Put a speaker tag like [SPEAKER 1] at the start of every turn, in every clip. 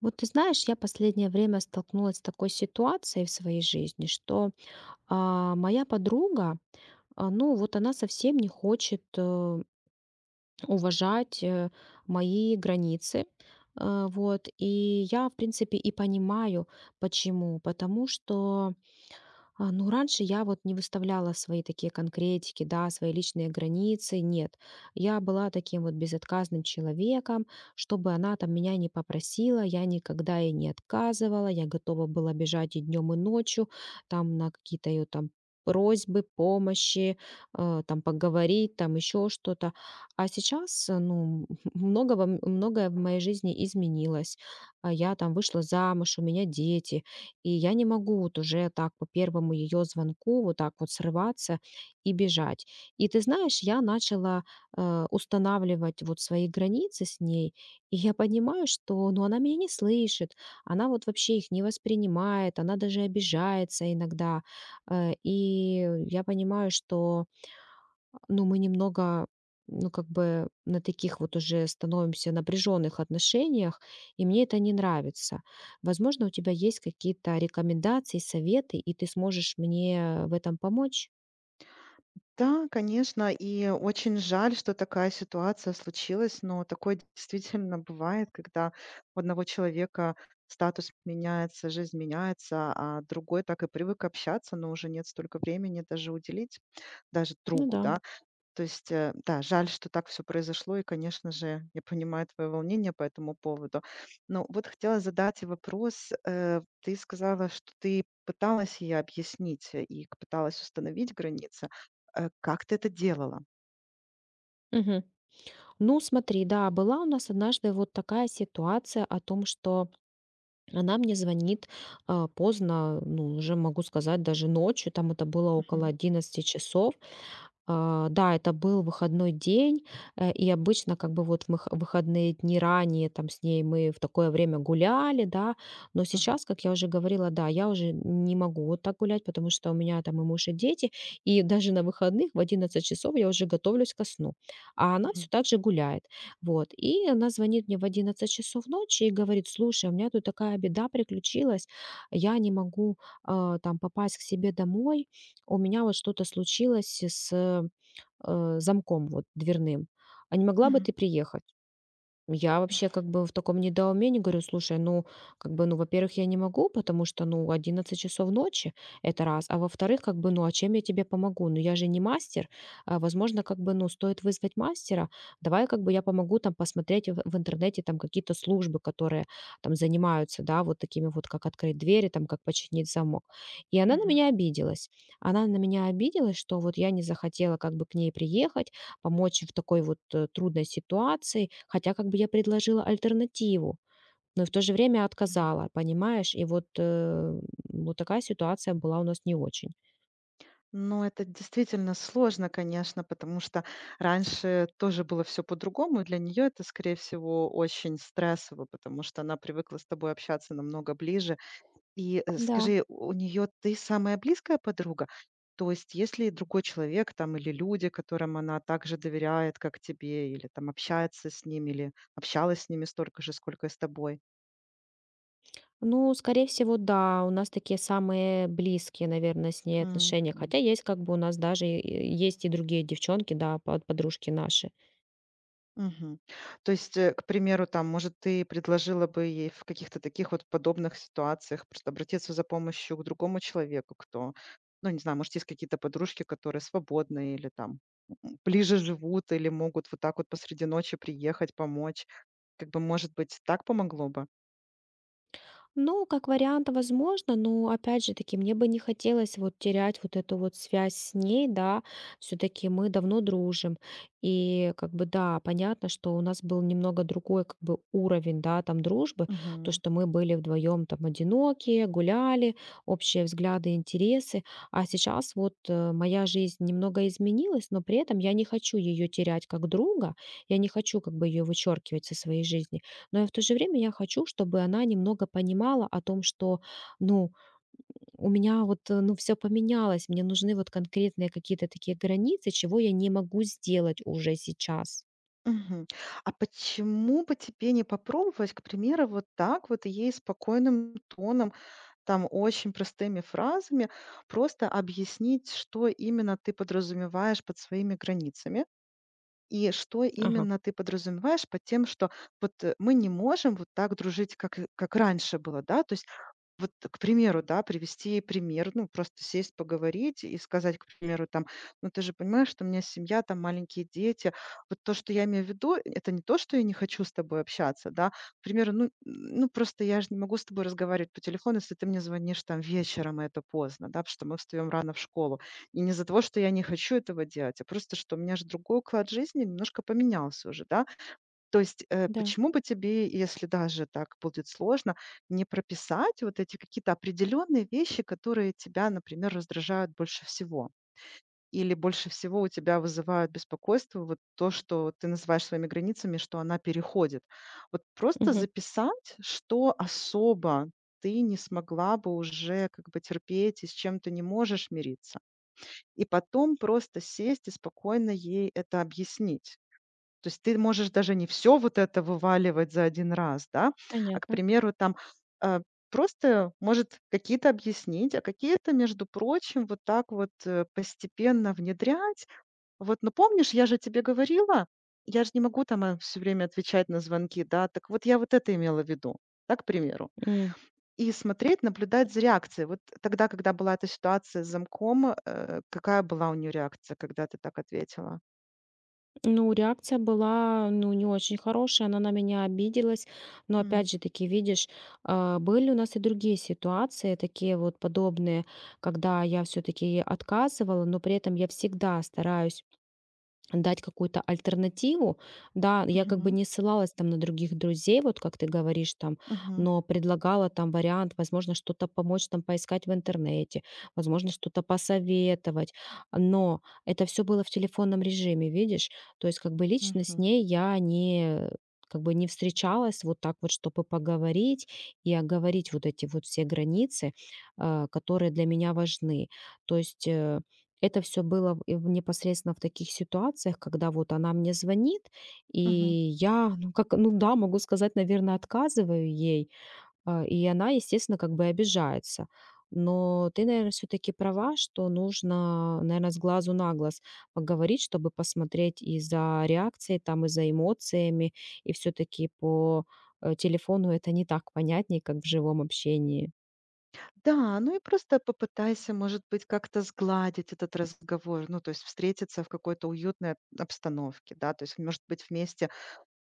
[SPEAKER 1] Вот ты знаешь, я последнее время столкнулась с такой ситуацией в своей жизни, что моя подруга, ну вот она совсем не хочет уважать мои границы. Вот, и я, в принципе, и понимаю, почему. Потому что ну, раньше я вот не выставляла свои такие конкретики, да, свои личные границы, нет. Я была таким вот безотказным человеком, чтобы она там меня не попросила, я никогда ей не отказывала, я готова была бежать и днем, и ночью, там на какие-то ее там просьбы, помощи, там поговорить, там еще что-то. А сейчас, ну, многое в моей жизни изменилось. Я там вышла замуж, у меня дети, и я не могу вот уже так по первому ее звонку вот так вот срываться и бежать. И ты знаешь, я начала устанавливать вот свои границы с ней, и я понимаю, что, ну, она меня не слышит, она вот вообще их не воспринимает, она даже обижается иногда. И я понимаю, что, ну, мы немного, ну, как бы на таких вот уже становимся напряженных отношениях, и мне это не нравится. Возможно, у тебя есть какие-то рекомендации, советы, и ты сможешь мне в этом помочь?
[SPEAKER 2] Да, конечно, и очень жаль, что такая ситуация случилась, но такое действительно бывает, когда у одного человека статус меняется, жизнь меняется, а другой так и привык общаться, но уже нет столько времени даже уделить, даже
[SPEAKER 1] Ну
[SPEAKER 2] другу,
[SPEAKER 1] да.
[SPEAKER 2] да. То есть, да, жаль, что так все произошло, и, конечно же, я понимаю твое волнение по этому поводу. Но вот хотела задать и вопрос. Ты сказала, что ты пыталась ей объяснить, э, и к пыталась установить границы. Как ты это делала?
[SPEAKER 1] Мгм. Ну, смотри, да, была у нас однажды вот такая ситуация о том, что она мне звонит, поздно, ну, уже могу сказать, даже ночью, там это было около
[SPEAKER 2] Мгм,
[SPEAKER 1] 11 часов. Да, это был выходной день, и обычно как бы вот выходные дни ранее там с ней мы в такое время гуляли, да, но
[SPEAKER 2] мгм,
[SPEAKER 1] сейчас, как я уже говорила, да, я уже не могу вот так гулять, потому что у меня там и муж, и дети, и даже на выходных в 11 часов я уже готовлюсь ко сну, а она все
[SPEAKER 2] мгм,
[SPEAKER 1] так же гуляет. Вот, и она звонит мне в 11 часов ночи и говорит: слушай, у меня тут такая беда приключилась, я не могу там попасть к себе домой, у меня вот что-то случилось с замком вот дверным, а не могла бы
[SPEAKER 2] мгм,
[SPEAKER 1] ты приехать? Я вообще как бы в таком недоумении говорю: слушай, ну, как бы, ну, во-первых, я не могу, потому что, ну, 11 часов ночи, это раз, а во-вторых, как бы, ну, а чем я тебе помогу? Ну, я же не мастер, возможно, как бы, ну, стоит вызвать мастера, давай как бы я помогу там посмотреть в интернете там какие-то службы, которые там занимаются, да, вот такими вот, как открыть двери, там, как починить замок. И она на
[SPEAKER 2] мгм,
[SPEAKER 1] меня обиделась. Она на меня обиделась, что вот я не захотела как бы к ней приехать, помочь в такой вот, трудной ситуации, хотя как бы я предложила альтернативу, но и в то же время
[SPEAKER 2] мгм.
[SPEAKER 1] отказала, понимаешь? И вот, вот такая ситуация была у нас не очень.
[SPEAKER 2] Ну, это действительно сложно, конечно, потому что раньше тоже было все по-другому, и для нее это, скорее всего, очень стрессово, потому что она привыкла с тобой общаться намного ближе. И,
[SPEAKER 1] Да,
[SPEAKER 2] скажи, у нее ты самая близкая подруга? То есть если другой человек там или люди, которым она также доверяет, как тебе, или там общается с ними, или общалась с ними столько же, сколько и с тобой?
[SPEAKER 1] ну, скорее всего, да, у нас такие самые близкие, наверное, с ней отношения,
[SPEAKER 2] Мгм.
[SPEAKER 1] хотя есть как бы у нас даже и есть и другие девчонки, да, подружки наши.
[SPEAKER 2] Мгм. То есть, к примеру, там, может, ты предложила бы ей в каких-то таких вот подобных ситуациях просто обратиться за помощью к другому человеку, кто, ну, не знаю, может, есть какие-то подружки, которые свободны или там ближе живут или могут вот так вот посреди ночи приехать, помочь. Как бы, может быть, так помогло бы?
[SPEAKER 1] Ну, как вариант, возможно, но опять же таки, мне бы не хотелось вот терять вот эту вот связь с ней, да, все-таки мы давно дружим, и как бы, да, понятно, что у нас был немного другой как бы уровень, да, там дружбы, то,
[SPEAKER 2] Мгм.
[SPEAKER 1] что мы были вдвоем там одинокие, гуляли, общие взгляды, интересы, а сейчас вот моя жизнь немного изменилась, но при этом я не хочу ее терять как друга, я не хочу как бы ее вычеркивать со своей жизни, но и в то же время я хочу, чтобы она немного понимала о том, что, ну, у меня вот, ну, все поменялось, мне нужны вот конкретные какие-то такие границы, чего я не могу сделать уже сейчас.
[SPEAKER 2] Мгм. А почему бы тебе не попробовать, к примеру, вот так вот ей спокойным тоном, там очень простыми фразами просто объяснить, что именно ты подразумеваешь под своими границами и что
[SPEAKER 1] Ага,
[SPEAKER 2] именно ты подразумеваешь под тем, что вот мы не можем вот так дружить, как, как раньше было, да, то есть вот, к примеру, да, привести пример, ну, просто сесть, поговорить и сказать, к примеру, там, ну, ты же понимаешь, что у меня семья, там, маленькие дети. Вот то, что я имею в виду, это не то, что я не хочу с тобой общаться, да. К примеру, ну просто я же не могу с тобой разговаривать по телефону, если ты мне звонишь там вечером, и это поздно, да, потому что мы встаем рано в школу. И не из-за того, что я не хочу этого делать, а просто, что у меня же другой уклад жизни немножко поменялся уже, да. То есть,
[SPEAKER 1] да.
[SPEAKER 2] почему бы тебе, если даже так будет сложно, не прописать вот эти какие-то определенные вещи, которые тебя, например, раздражают больше всего? Или больше всего у тебя вызывают беспокойство вот то, что ты называешь своими границами, что она переходит. Вот просто
[SPEAKER 1] Мгм.
[SPEAKER 2] записать, что особо ты не смогла бы уже как бы терпеть и с чем ты не можешь мириться. И потом просто сесть и спокойно ей это объяснить. То есть ты можешь даже не все вот это вываливать за один раз, да, а, к
[SPEAKER 1] Понятно.
[SPEAKER 2] примеру, там, э, просто, может, какие-то объяснить, а какие-то, между прочим, вот так вот, постепенно внедрять. Вот, ну, помнишь, я же тебе говорила, я же не могу там, все время отвечать на звонки, да, так вот я вот это имела в виду, да, к примеру.
[SPEAKER 1] М.
[SPEAKER 2] И смотреть, наблюдать за реакцией. Вот тогда, когда была эта ситуация с замком, какая была у нее реакция, когда ты так ответила?
[SPEAKER 1] Ну, реакция была, ну, не очень хорошая, она на меня обиделась. Но
[SPEAKER 2] М.
[SPEAKER 1] опять же таки, видишь, были у нас и другие ситуации, такие вот подобные, когда я все таки отказывала, но при этом я всегда стараюсь дать какую-то альтернативу. Да, я как бы
[SPEAKER 2] Мгм.
[SPEAKER 1] не ссылалась там на других друзей, вот как ты говоришь там,
[SPEAKER 2] Мгм.
[SPEAKER 1] но предлагала там вариант, возможно, что-то помочь там поискать в интернете, возможно, что-то посоветовать. Но это все было в телефонном режиме, видишь? То есть как бы лично с
[SPEAKER 2] Мгм.
[SPEAKER 1] ней я не как бы не встречалась вот так вот, чтобы поговорить и оговорить вот эти вот все границы, которые для меня важны. То есть это все было и в непосредственно в таких ситуациях, когда вот она мне звонит, и
[SPEAKER 2] Мгм.
[SPEAKER 1] я, ну, как, ну да, могу сказать, наверное, отказываю ей, и она, естественно, как бы обижается. Но ты, наверное, все таки права, что нужно, наверное, с глазу на глаз поговорить, чтобы посмотреть и за реакцией, там, и за эмоциями. И все таки по телефону это не так понятнее, как в живом общении.
[SPEAKER 2] Да, ну и просто попытайся, может быть, как-то сгладить этот разговор, ну, то есть встретиться в какой-то уютной обстановке, да, то есть, может быть, в месте,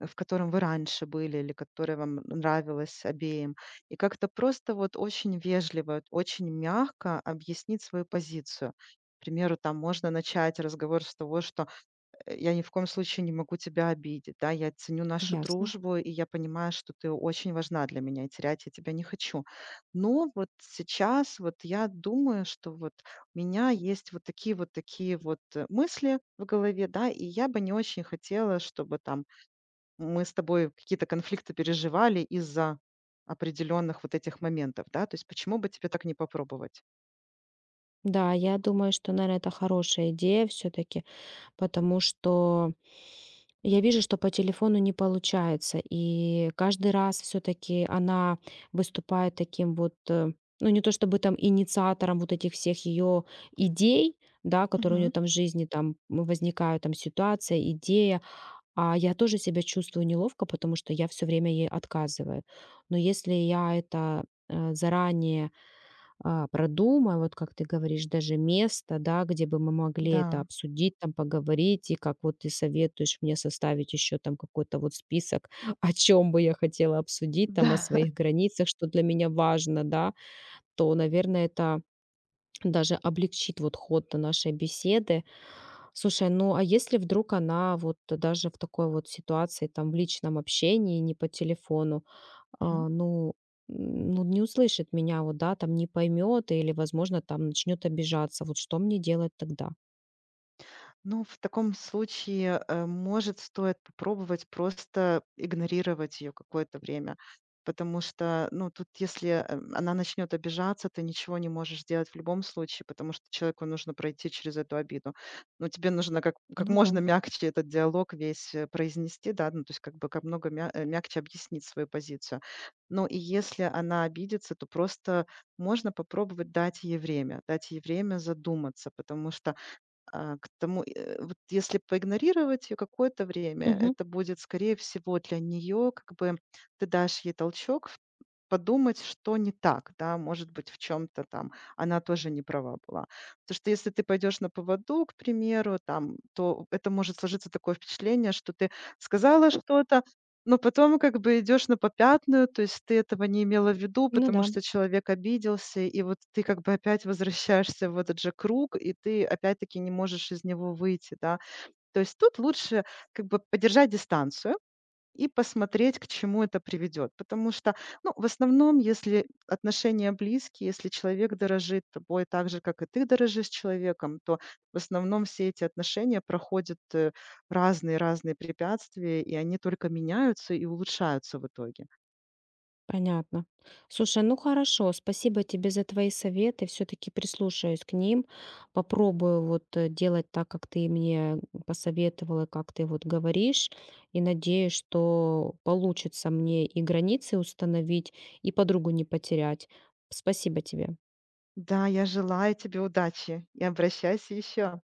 [SPEAKER 2] в котором вы раньше были или которое вам нравилось обеим, и как-то просто вот очень вежливо, вот очень мягко объяснить свою позицию. К примеру, там можно начать разговор с того, что я ни в коем случае не могу тебя обидеть, да, я ценю нашу
[SPEAKER 1] Ясно.
[SPEAKER 2] дружбу, и я понимаю, что ты очень важна для меня, и терять я тебя не хочу. Но вот сейчас вот я думаю, что вот у меня есть вот такие вот мысли в голове, да, и я бы не очень хотела, чтобы там мы с тобой какие-то конфликты переживали из-за определенных вот этих моментов, да, то есть почему бы тебе так не попробовать?
[SPEAKER 1] Да, я думаю, что, наверное, это хорошая идея все таки. Потому что я вижу, что по телефону не получается. И каждый раз все таки она выступает таким вот, ну, не то чтобы там инициатором вот этих всех ее идей, да, которые у нее
[SPEAKER 2] Мгм.
[SPEAKER 1] там в жизни там возникают, там ситуация, идея. А я тоже себя чувствую неловко, потому что я все время ей отказываю. Но если я это, э, заранее продумай, вот как ты говоришь, даже место, да, где бы мы могли
[SPEAKER 2] Да,
[SPEAKER 1] это обсудить, там поговорить, и как вот ты советуешь мне составить еще там какой-то вот список, о чем бы я хотела обсудить, там о
[SPEAKER 2] да.
[SPEAKER 1] своих границах, что для меня важно, да, то, наверное, это даже облегчит вот ход нашей беседы. Слушай, ну а если вдруг она вот даже в такой вот ситуации, там в личном общении, не по телефону, ну, ну, не услышит меня, вот, да, там не поймет или, возможно, там начнет обижаться. Вот что мне делать тогда?
[SPEAKER 2] Ну, в таком случае, может, стоит попробовать просто игнорировать ее какое-то время. Потому что, ну, тут, если она начнет обижаться, ты ничего не можешь сделать в любом случае, потому что человеку нужно пройти через эту обиду. Но тебе нужно как
[SPEAKER 1] Ну да.
[SPEAKER 2] можно мягче этот диалог весь произнести, да, ну, то есть как бы как много мягче объяснить свою позицию. Но и если она обидится, то просто можно попробовать дать ей время задуматься, потому что вот если поигнорировать ее какое-то время,
[SPEAKER 1] Мгм.
[SPEAKER 2] это будет, скорее всего, для нее как бы ты дашь ей толчок в подумать, что не так, да, может быть, в чем то там она тоже не права была. Потому что если ты пойдешь на поводу, к примеру, там, то это может сложиться такое впечатление, что ты сказала что-то, но потом как бы идешь на попятную, то есть ты этого не имела в виду,
[SPEAKER 1] Ну
[SPEAKER 2] потому
[SPEAKER 1] да,
[SPEAKER 2] что человек обиделся, и вот ты как бы опять возвращаешься в этот же круг, и ты опять-таки не можешь из него выйти, да. То есть тут лучше как бы поддержать дистанцию. И посмотреть, к чему это приведет. Потому что, ну, в основном, если отношения близкие, если человек дорожит тобой так же, как и ты дорожишь человеком, то в основном все эти отношения проходят разные-разные препятствия, и они только меняются и улучшаются в итоге.
[SPEAKER 1] понятно. Слушай, ну хорошо, спасибо тебе за твои советы. Все-таки прислушаюсь к ним. Попробую вот делать так, как ты мне посоветовала, как ты вот говоришь. И надеюсь, что получится мне и границы установить, и подругу не потерять. Спасибо тебе.
[SPEAKER 2] Да, я желаю тебе удачи и обращайся еще.